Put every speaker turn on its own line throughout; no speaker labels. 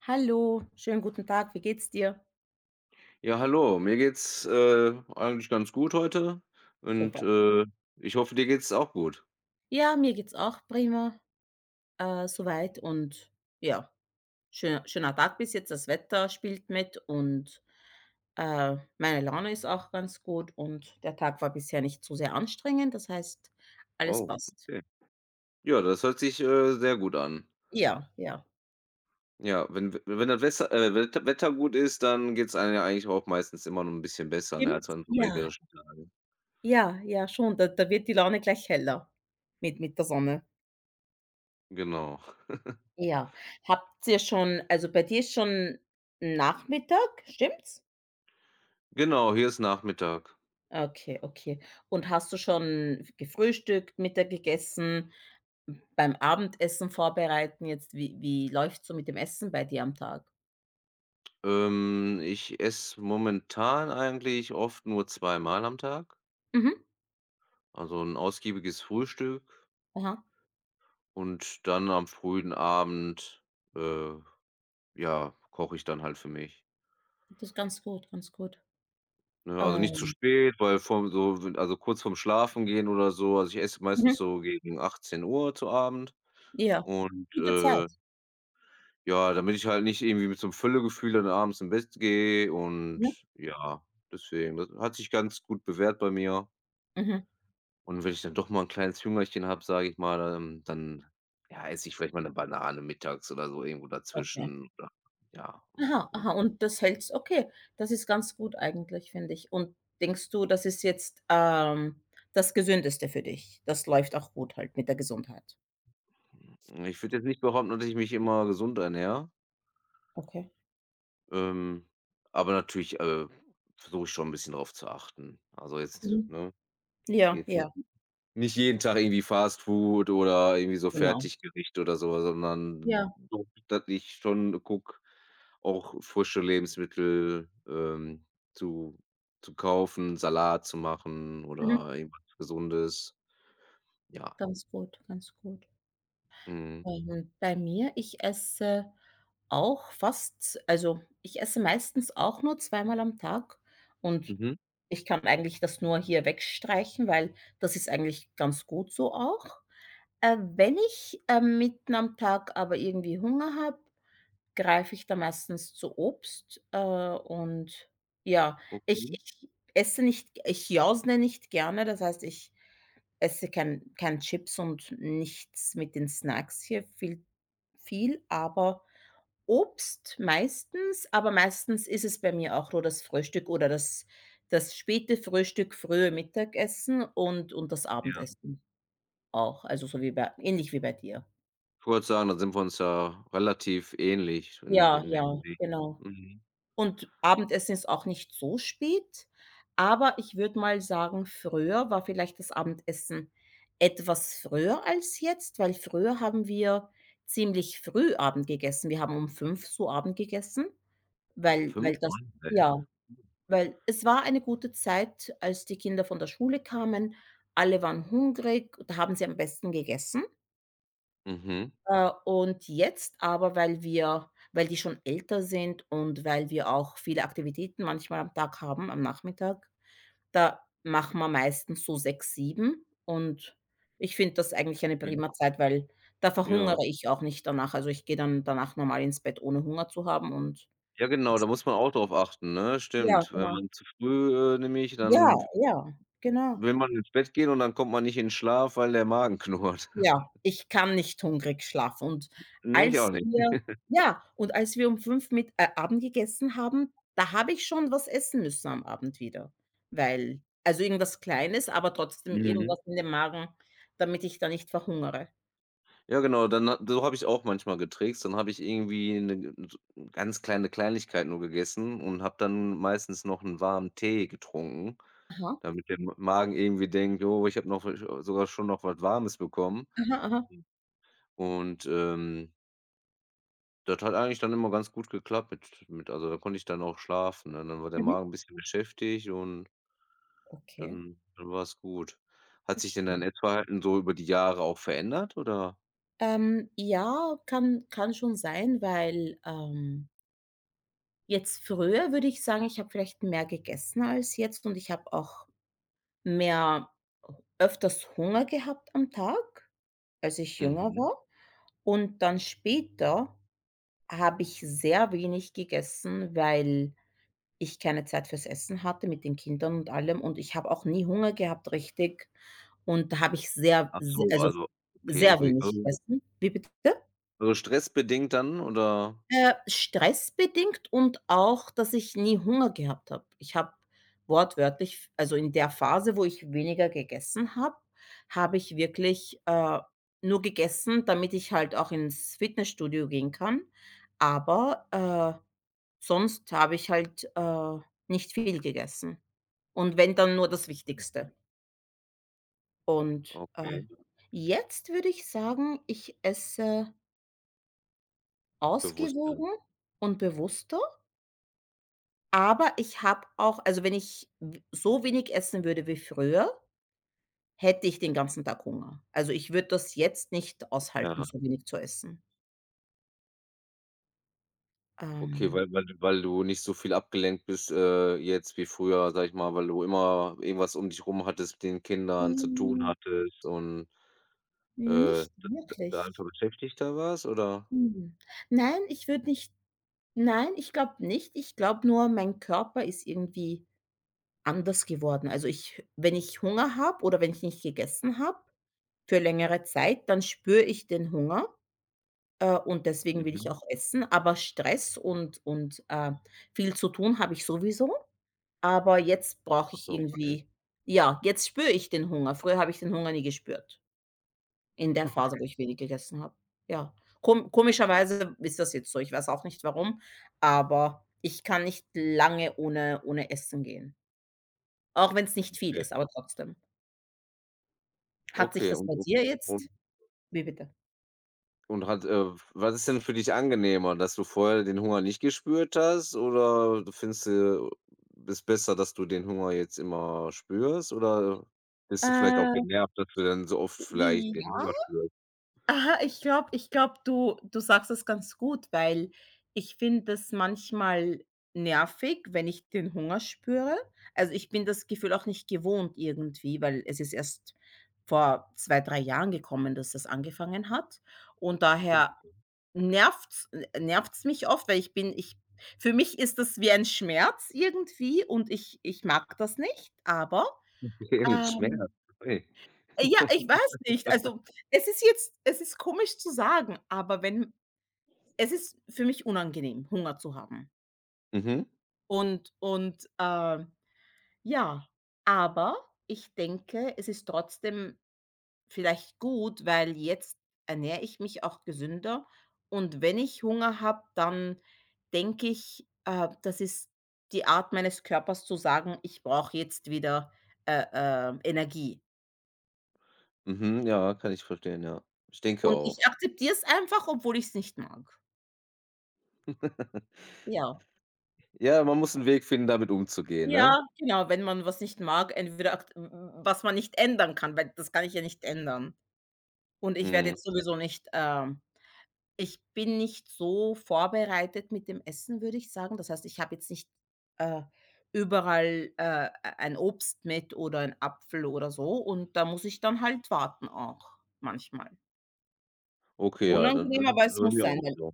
Hallo, schönen guten Tag, wie geht's dir?
Ja, hallo. Mir geht's, eigentlich ganz gut heute und,
Super.
äh, ich hoffe, dir geht's auch gut.
Ja, mir geht's auch prima, soweit und ja, schöner, schöner Tag bis jetzt. Das Wetter spielt mit und meine Laune ist auch ganz gut und der Tag war bisher nicht zu sehr anstrengend. Das heißt, alles
Oh,
passt.
okay. Ja, das hört sich, sehr gut an.
Ja, ja.
Ja, wenn das Wesser Wetter Wetter gut ist, dann geht's einem ja eigentlich auch meistens immer noch ein bisschen besser, ne, als
Stimmt's?
an so
Ja,
regnerischen Tagen.
ja, ja, schon. Da wird die Laune gleich heller mit der Sonne.
Genau.
Ja. Habt ihr schon, also bei dir ist schon Nachmittag, stimmt's?
Genau, hier ist Nachmittag.
Okay, okay. Und hast du schon gefrühstückt, Mittag gegessen, beim Abendessen vorbereiten jetzt? Wie läuft's so mit dem Essen bei dir am Tag?
Ich esse momentan eigentlich oft nur zweimal am Tag,
Mhm.
also ein ausgiebiges Frühstück
Aha,
und dann am frühen Abend, äh ja, koche ich dann halt für mich,
das ist ganz gut, ganz gut.
ne? Also, nicht zu
Ähm,
spät, weil vorm so w also, kurz vorm Schlafengehen oder so. Also, ich esse meistens
mhm,
so gegen 18 Uhr zu Abend
ja.
und,
Gute
äh,
Zeit.
ja, damit ich halt nicht irgendwie mit so 'nem Völlegefühl dann abends ins Bett gehe
Mhm,
und ja, deswegen. Das hat sich ganz gut bewährt bei mir.
mhm,
Und wenn ich dann doch mal 'n kleines Hungerchen habe, sage ich mal, dann, ja, esse ich vielleicht mal 'ne Banane mittags oder so irgendwo
okay.
dazwischen oder ja. Und
Aha, aha, und das hält's okay. Das ist ganz gut eigentlich, finde ich. Und denkst du, das ist jetzt, das Gesündeste für dich? Das läuft auch gut halt mit der Gesundheit?
und ich würde jetzt nicht behaupten, dass ich mich immer gesund ernähre.
Okay.
Ähm, aber natürlich, versuche ich schon ein bisschen drauf zu achten. Also, jetzt
Mhm.
ne,
Ja,
jetzt nicht
ja,
nicht jeden Tag irgendwie Fast Food oder irgendwie so
genau.
Fertiggericht oder so,
Ja.
sondern so, dass ich schon gucke, auch frische Lebensmittel, zu zu kaufen, Salat zu machen
Mhm.
oder irgendwas Gesundes. Ja,
Ganz gut, ganz gut.
mhm.
Bei mir, ich esse auch fast also, ich esse meistens auch nur zweimal am Tag und
Mhm,
ich kann eigentlich das nur hier wegstreichen, weil das ist eigentlich ganz gut so auch. Wenn ich, mitten am Tag aber irgendwie Hunger habe greife ich da meistens zu Obst, und ja, ich
okay.
ich esse nicht ich jausne nicht gerne, das heißt, ich esse kein Chips und nichts mit den Snacks hier viel, aber Obst meistens, aber meistens ist es bei mir auch nur das Frühstück oder das späte Frühstück, frühe Mittagessen und das Abendessen auch, also so wie bei ähnlich wie bei dir.
Ich wollte sagen, da sind wir uns ja relativ ähnlich in
Ja,
in der
ja,
Hinsicht.
genau.
Mhm.
Und Abendessen ist auch nicht so spät, aber ich würde mal sagen, früher war vielleicht das Abendessen etwas früher als jetzt, weil früher haben wir ziemlich früh Abend gegessen. Wir haben um 5 so Abend gegessen,
Ah, um
weil
5.
weil das ja, weil es war eine gute Zeit, als die Kinder von der Schule kamen. Alle waren hungrig, da haben sie am besten gegessen.
Mhm.
Und jetzt aber, weil wir weil die schon älter sind und weil wir auch viele Aktivitäten manchmal am Tag haben, am Nachmittag, da machen wir meistens so 6, 7, und ich finde das eigentlich eine
Okay,
prima Zeit, weil da
ja.
verhungere ich auch nicht danach. Also, ich gehe dann danach normal ins Bett, ohne Hunger zu haben und
Ja, genau, da muss man auch drauf achten, ne?
ja,
Stimmt. Wenn
genau.
man zu früh, nämlich
Ja,
dann w
ja, genau.
will man ins Bett gehen und dann kommt man nicht in Schlaf, weil der Magen knurrt.
Ja, ich kann nicht hungrig schlafen.
Ne, ich auch
Als
nicht.
wir ja, und als wir um 5 mit Abend gegessen haben, da habe ich schon was essen müssen am Abend wieder, weil also irgendwas Kleines, aber trotzdem
Mhm.
irgendwas in den Magen, damit ich da nicht verhungere.
Ja, genau, dann ha so habe ich auch manchmal getrickst. Dann habe ich irgendwie 'ne g so ganz kleine Kleinigkeit nur gegessen und habe dann meistens noch 'n warmen Tee getrunken,
Aha,
damit der M Magen irgendwie denkt: „Jo, ich habe noch v sogar schon noch was Warmes bekommen."
aha, aha.
Und, ähm Das hat eigentlich dann immer ganz gut geklappt mit. Also, da konnte ich dann auch schlafen, ne? Dann war der
Mhm.
Magen ein bisschen beschäftigt und
Okay,
dann war es gut. Hat sich denn dein
verstehe.
Essverhalten so über die Jahre auch verändert, oder?
Ja, kann schon sein, weil, jetzt früher würde ich sagen, ich habe vielleicht mehr gegessen als jetzt und ich habe auch mehr öfters Hunger gehabt am Tag, als ich jünger
Mhm.
war. Und dann später habe ich sehr wenig gegessen, weil ich keine Zeit fürs Essen hatte mit den Kindern und allem. Und ich habe auch nie Hunger gehabt, richtig. Und da habe ich sehr,
Ach
se
so,
also,
okay,
sehr wenig gegessen. Wie bitte?
stressbedingt dann, oder?
Stressbedingt und auch, dass ich nie Hunger gehabt habe. Ich habe wortwörtlich also, in der Phase, wo ich weniger gegessen habe, habe ich wirklich, nur gegessen, damit ich halt auch ins Fitnessstudio gehen kann. Aber, sonst habe ich halt, nicht viel gegessen. Und wenn, dann nur das Wichtigste. Und,
Okay,
jetzt würde ich sagen, ich esse
bewusst dann.
ausgewogen und bewusster. Aber ich habe auch also, wenn ich w so wenig essen würde wie früher, hätte ich den ganzen Tag Hunger. Also, ich würde das jetzt nicht aushalten,
Ja.
so wenig zu essen.
Okay,
Ähm,
weil du nicht so viel abgelenkt bist, jetzt wie früher, sage ich mal, weil du immer irgendwas um dich rum hattest, mit den Kindern zu tun
hm,
hattest äh
nicht
da einfach
wirklich.
Beschäftigter warst, oder?
Hm. Nein, ich würde nicht nein, ich glaube nicht. Ich glaube nur, mein Körper ist irgendwie anders geworden. Also, ich wenn ich Hunger habe oder wenn ich nicht gegessen habe für längere Zeit, dann spüre ich den Hunger. Und deswegen will
Mhm.
ich auch essen, aber Stress und viel zu tun habe ich sowieso, aber jetzt brauche
Ach
ich
so, okay.
irgendwie ja, jetzt spüre ich den Hunger. Früher habe ich den Hunger nie gespürt, in der Phase,
Okay.
wo ich wenig gegessen habe. Ja, komischerweise ist das jetzt so. Ich weiß auch nicht warum, aber ich kann nicht lange ohne Essen gehen, auch wenn es nicht viel
Okay.
ist, aber trotzdem. Hat sich
Okay,
das bei dir
und
jetzt wie bitte?
und hat, äh was ist denn für dich angenehmer, dass du vorher den Hunger nicht gespürt hast, oder du findest, es besser, dass du den Hunger jetzt immer spürst, oder bist du vielleicht auch
Äh,
genervt, dass du dann so oft vielleicht den
ja.
Hunger spürst?
Aha, ich glaube, du sagst es ganz gut, weil ich finde das manchmal nervig, wenn ich den Hunger spüre. Also, ich bin das Gefühl auch nicht gewohnt irgendwie, weil es ist erst vor 2 3 Jahren gekommen, dass das angefangen hat. Und
Ach so,
daher nervt's mich oft, weil ich für mich ist das wie ein Schmerz irgendwie und ich mag das nicht, aber,
okay, mit Schmerz.
ähm
Okay.
ja, ich weiß nicht. Also, es ist komisch zu sagen, aber wenn es ist für mich unangenehm, Hunger zu haben.
Mhm,
Und, ja, aber ich denke, es ist trotzdem vielleicht gut, weil jetzt ernähre ich mich auch gesünder und wenn ich Hunger habe, dann denke ich, das ist die Art meines Körpers zu sagen: „Ich brauche jetzt wieder, Energie.“
mhm, ja, kann ich verstehen, ja. Ich denke
Und ich
auch.
akzeptiere es einfach, obwohl ich es nicht mag. Ja.
Ja, man muss 'n Weg finden, damit umzugehen, ne?
Ja, genau, wenn man was nicht mag, entweder akt w w was man nicht ändern kann, weil das kann ich ja nicht ändern. Und ich werde
Mhm.
jetzt sowieso nicht, ich bin nicht so vorbereitet mit dem Essen, würde ich sagen. Das heißt, ich habe jetzt nicht, äh, überall, e ein Obst mit oder 'n Apfel oder so und da muss ich dann halt warten auch manchmal.
Okay, ja, dann
Unangenehm,
dann ist
aber es
bei
muss
mir
sein,
auch
weil
so.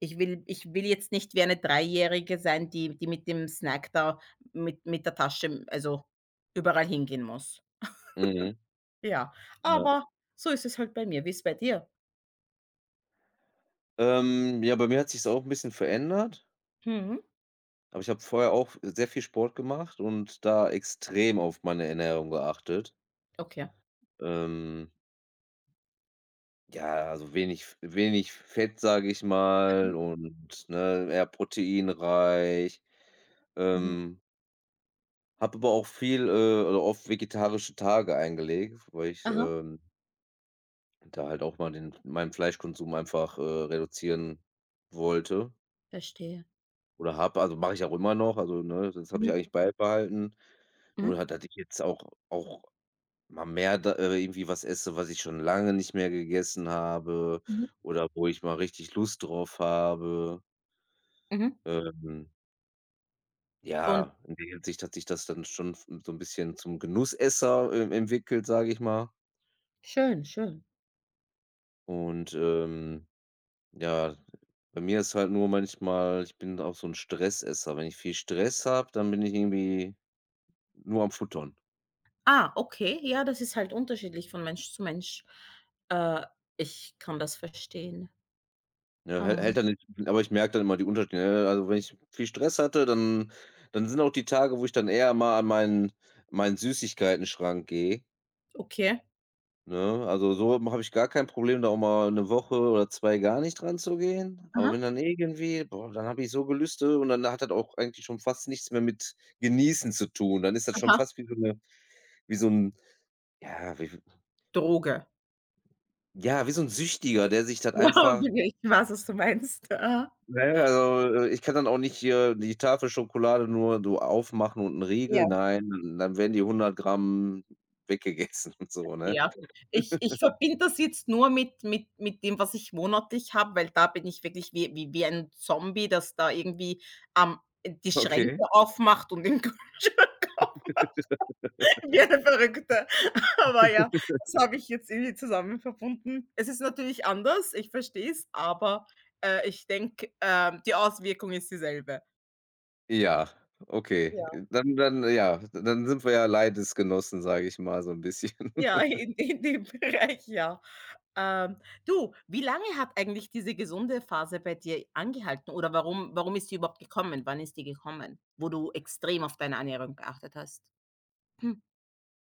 ich will jetzt nicht wie eine Dreijährige sein, die mit dem Snack da mit der Tasche also, überall hingehen muss.
Mhm,
Ja,
ja.
aber so ist es halt bei mir. Wie ist es bei dir?
Ja, bei mir hat sich's auch 'n bisschen verändert,
Mhm.
aber ich habe vorher auch sehr viel Sport gemacht und da extrem auf meine Ernährung geachtet.
Okay.
Ähm, ja, also wenig Fett, sage ich mal,
Mhm.
und, ne, eher proteinreich.
Mhm.
Ähm, Habe aber auch viel, oder oft vegetarische Tage eingelegt, weil ich,
Aha,
da halt auch mal den meinen Fleischkonsum einfach, reduzieren wollte
verstehe.
oder habe. Also, mache ich auch immer noch. Also, ne, das habe ich
Mhm.
eigentlich beibehalten. Nur
Mhm.
halt, dass ich jetzt auch auch mal mehr da irgendwie was esse, was ich schon lange nicht mehr gegessen habe
Mhm.
oder wo ich mal richtig Lust drauf habe.
Mhm.
Ähm,
Und
ja, in der Hinsicht hat sich das dann schon f so ein bisschen zum Genussesser, entwickelt, sage ich mal.
schön, schön.
Und, ähm Ja, bei mir ist halt nur manchmal, ich bin auch so 'n Stressesser. Wenn ich viel Stress habe, dann bin ich irgendwie nur am Futtern.
Ah, okay, ja, das ist halt unterschiedlich von Mensch zu Mensch. Äh, ich kann das verstehen.
Ja, hält
Ah,
hält dann nicht, aber ich merke dann immer die Unterschiede, ne? Also, wenn ich viel Stress hatte, dann sind auch die Tage, wo ich dann eher mal an meinen Süßigkeitenschrank gehe,
okay.
ne? Also, so habe ich gar kein Problem, da auch mal 'ne Woche oder 2 gar nicht ranzugehen. Aber
Aha,
wenn dann irgendwie boah, dann habe ich so Gelüste und dann hat das auch eigentlich schon fast nichts mehr mit Genießen zu tun. Dann ist das schon
aha.
fast wie so 'n Ja, wie
Droge.
ja, wie so 'n Süchtiger, der sich dann
Ja,
einfach
wirklich, ich weiß, was du meinst. Aha.
ich kann dann auch nicht hier die Tafel Schokolade nur so aufmachen und 'n Riegel,
Ja.
nein, dann werden die 100 Gramm weggegessen und so, ne?
Ja. Ich verbinde das jetzt nur mit dem, was ich monatlich habe, weil da bin ich wirklich wie ein Zombie, das da irgendwie, ähm, die
Okay.
Schränke aufmacht und den Kühlschrank wie eine Verrückte. Aber ja, das habe ich jetzt irgendwie zusammen verbunden. Es ist natürlich anders, ich verstehe es, aber, ich denke, die Auswirkung ist dieselbe.
Ja, okay.
Ja.
Dann, ja, dann sind wir ja Leidensgenossen, sage ich mal so 'n bisschen.
Ja, in dem Bereich, ja. Ähm, du, wie lange hat eigentlich diese gesunde Phase bei dir angehalten oder warum ist die überhaupt gekommen? Wann ist die gekommen, wo du extrem auf deine Ernährung geachtet hast? Hm,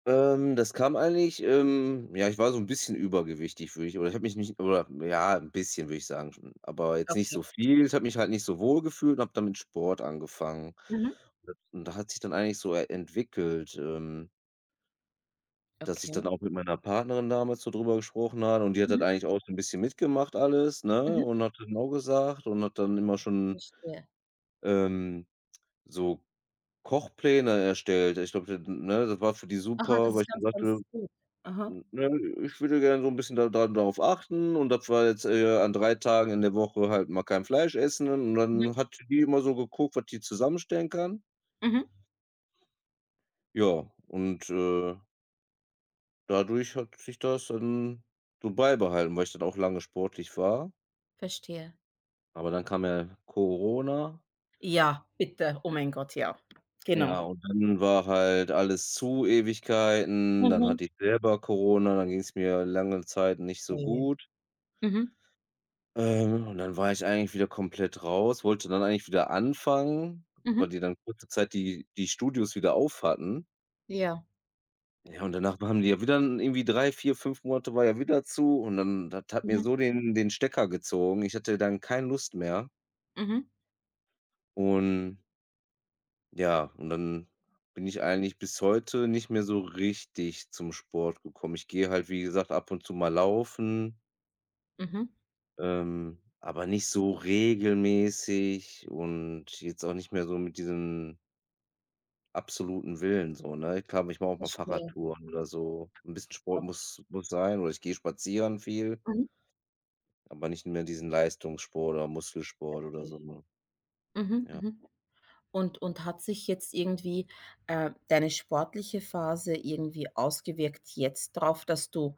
Das kam eigentlich ja, ich war so ein bisschen übergewichtig, würde ich, oder ich habe mich nicht, oder ja, ein bisschen, würde ich sagen schon, aber jetzt nicht
okay.
so viel. Ich habe mich halt nicht so wohl gefühlt und habe dann mit Sport angefangen.
Mhm.
Und und da hat sich dann eigentlich so e entwickelt, dass ich
Okay.
dann auch mit meiner Partnerin damals so drüber gesprochen habe und die hat das
Mhm.
eigentlich auch so ein bisschen mitgemacht, alles, ne,
Mhm.
und hat dann auch gesagt und hat dann immer schon,
Verstehe.
ähm, so Kochpläne erstellt. Ich glaube, ne, das war für die
Aha,
super,
das
weil
ist
ich
ganz,
gesagt habe,
ganz gut. Aha.
N ne, ich würde gerne so 'n bisschen da da darauf achten und das war jetzt, an 3 Tagen in der Woche halt mal kein Fleisch essen und
Mhm.
dann hat die immer so geguckt, was die zusammenstellen kann.
Mhm.
Ja, dadurch hat sich das dann so beibehalten, weil ich dann auch lange sportlich war.
Verstehe.
Aber dann kam ja Corona.
Ja, bitte. Oh mein Gott, ja.
Ja,
Genau.
und dann war halt alles zu Ewigkeiten. Dann
Mhm.
hatte ich selber Corona, dann ging's mir lange Zeit nicht so
Oh.
gut.
Mhm.
Und dann war ich eigentlich wieder komplett raus, wollte dann eigentlich wieder anfangen,
Mhm.
weil die dann kurze Zeit die Studios wieder auf hatten.
Ja.
Ja, und danach haben die ja wieder 'n irgendwie 3, 4, 5 Monate war ja wieder zu und dann das hat mir
Mhm.
so den Stecker gezogen. Ich hatte dann keine Lust mehr
Mhm.
und ja, und dann bin ich eigentlich bis heute nicht mehr so richtig zum Sport gekommen. Ich gehe halt, wie gesagt, ab und zu mal laufen.
Mhm.
Aber nicht so regelmäßig und jetzt auch nicht mehr so mit diesem absoluten Willen so, ne? Klar, ich mache auch mal
Verstehe.
Fahrradtouren oder so. Ein bisschen Sport
Okay.
muss sein, oder ich gehe spazieren viel,
Mhm.
aber nicht mehr diesen Leistungssport oder Muskelsport oder
Verstehe.
so, ne?
Mhm,
Ja.
mhm. Und hat sich jetzt irgendwie, deine sportliche Phase irgendwie ausgewirkt jetzt darauf, dass du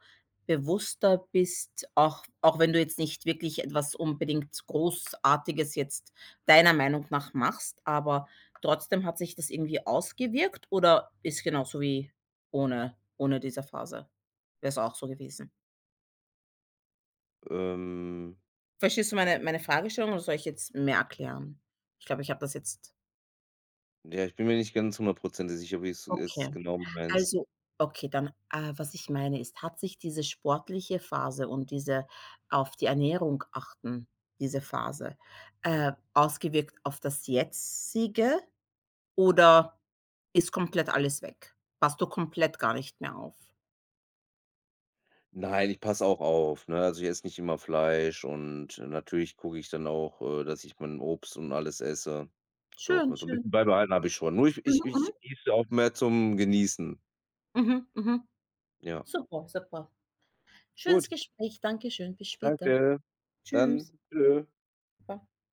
bewusster bist, auch wenn du jetzt nicht wirklich etwas unbedingt Großartiges jetzt deiner Meinung nach machst, aber trotzdem hat sich das irgendwie ausgewirkt oder ist genauso wie ohne diese Phase? Wäre es auch so gewesen?
Ähm,
Verstehst du meine Fragestellung oder soll ich jetzt mehr erklären? Ich glaube, ich habe das jetzt
ja, ich bin mir nicht ganz hundertprozentig sicher, wie du's jetzt
okay.
genau meinst.
Also, okay, dann, was ich meine ist, hat sich diese sportliche Phase und diese auf die Ernährung achten, diese Phase, ausgewirkt auf das Jetzige oder ist komplett alles weg? Passt du komplett gar nicht mehr auf?
Nein, ich passe auch auf, ne? Also, ich esse nicht immer Fleisch und natürlich gucke ich dann auch, dass ich mein Obst und alles esse. Doch, so
Schön,
'n
schön.
bisschen beibehalten habe ich schon. Nur ich ich
Mhm,
ich esse auch mehr zum Genießen.
mhm, mhm, mhm.
Ja.
Super, super.
Gut,
Schönes Gespräch. Dankeschön. Bis später.
danke.
Tschüss.
Dann tschüss.
Ba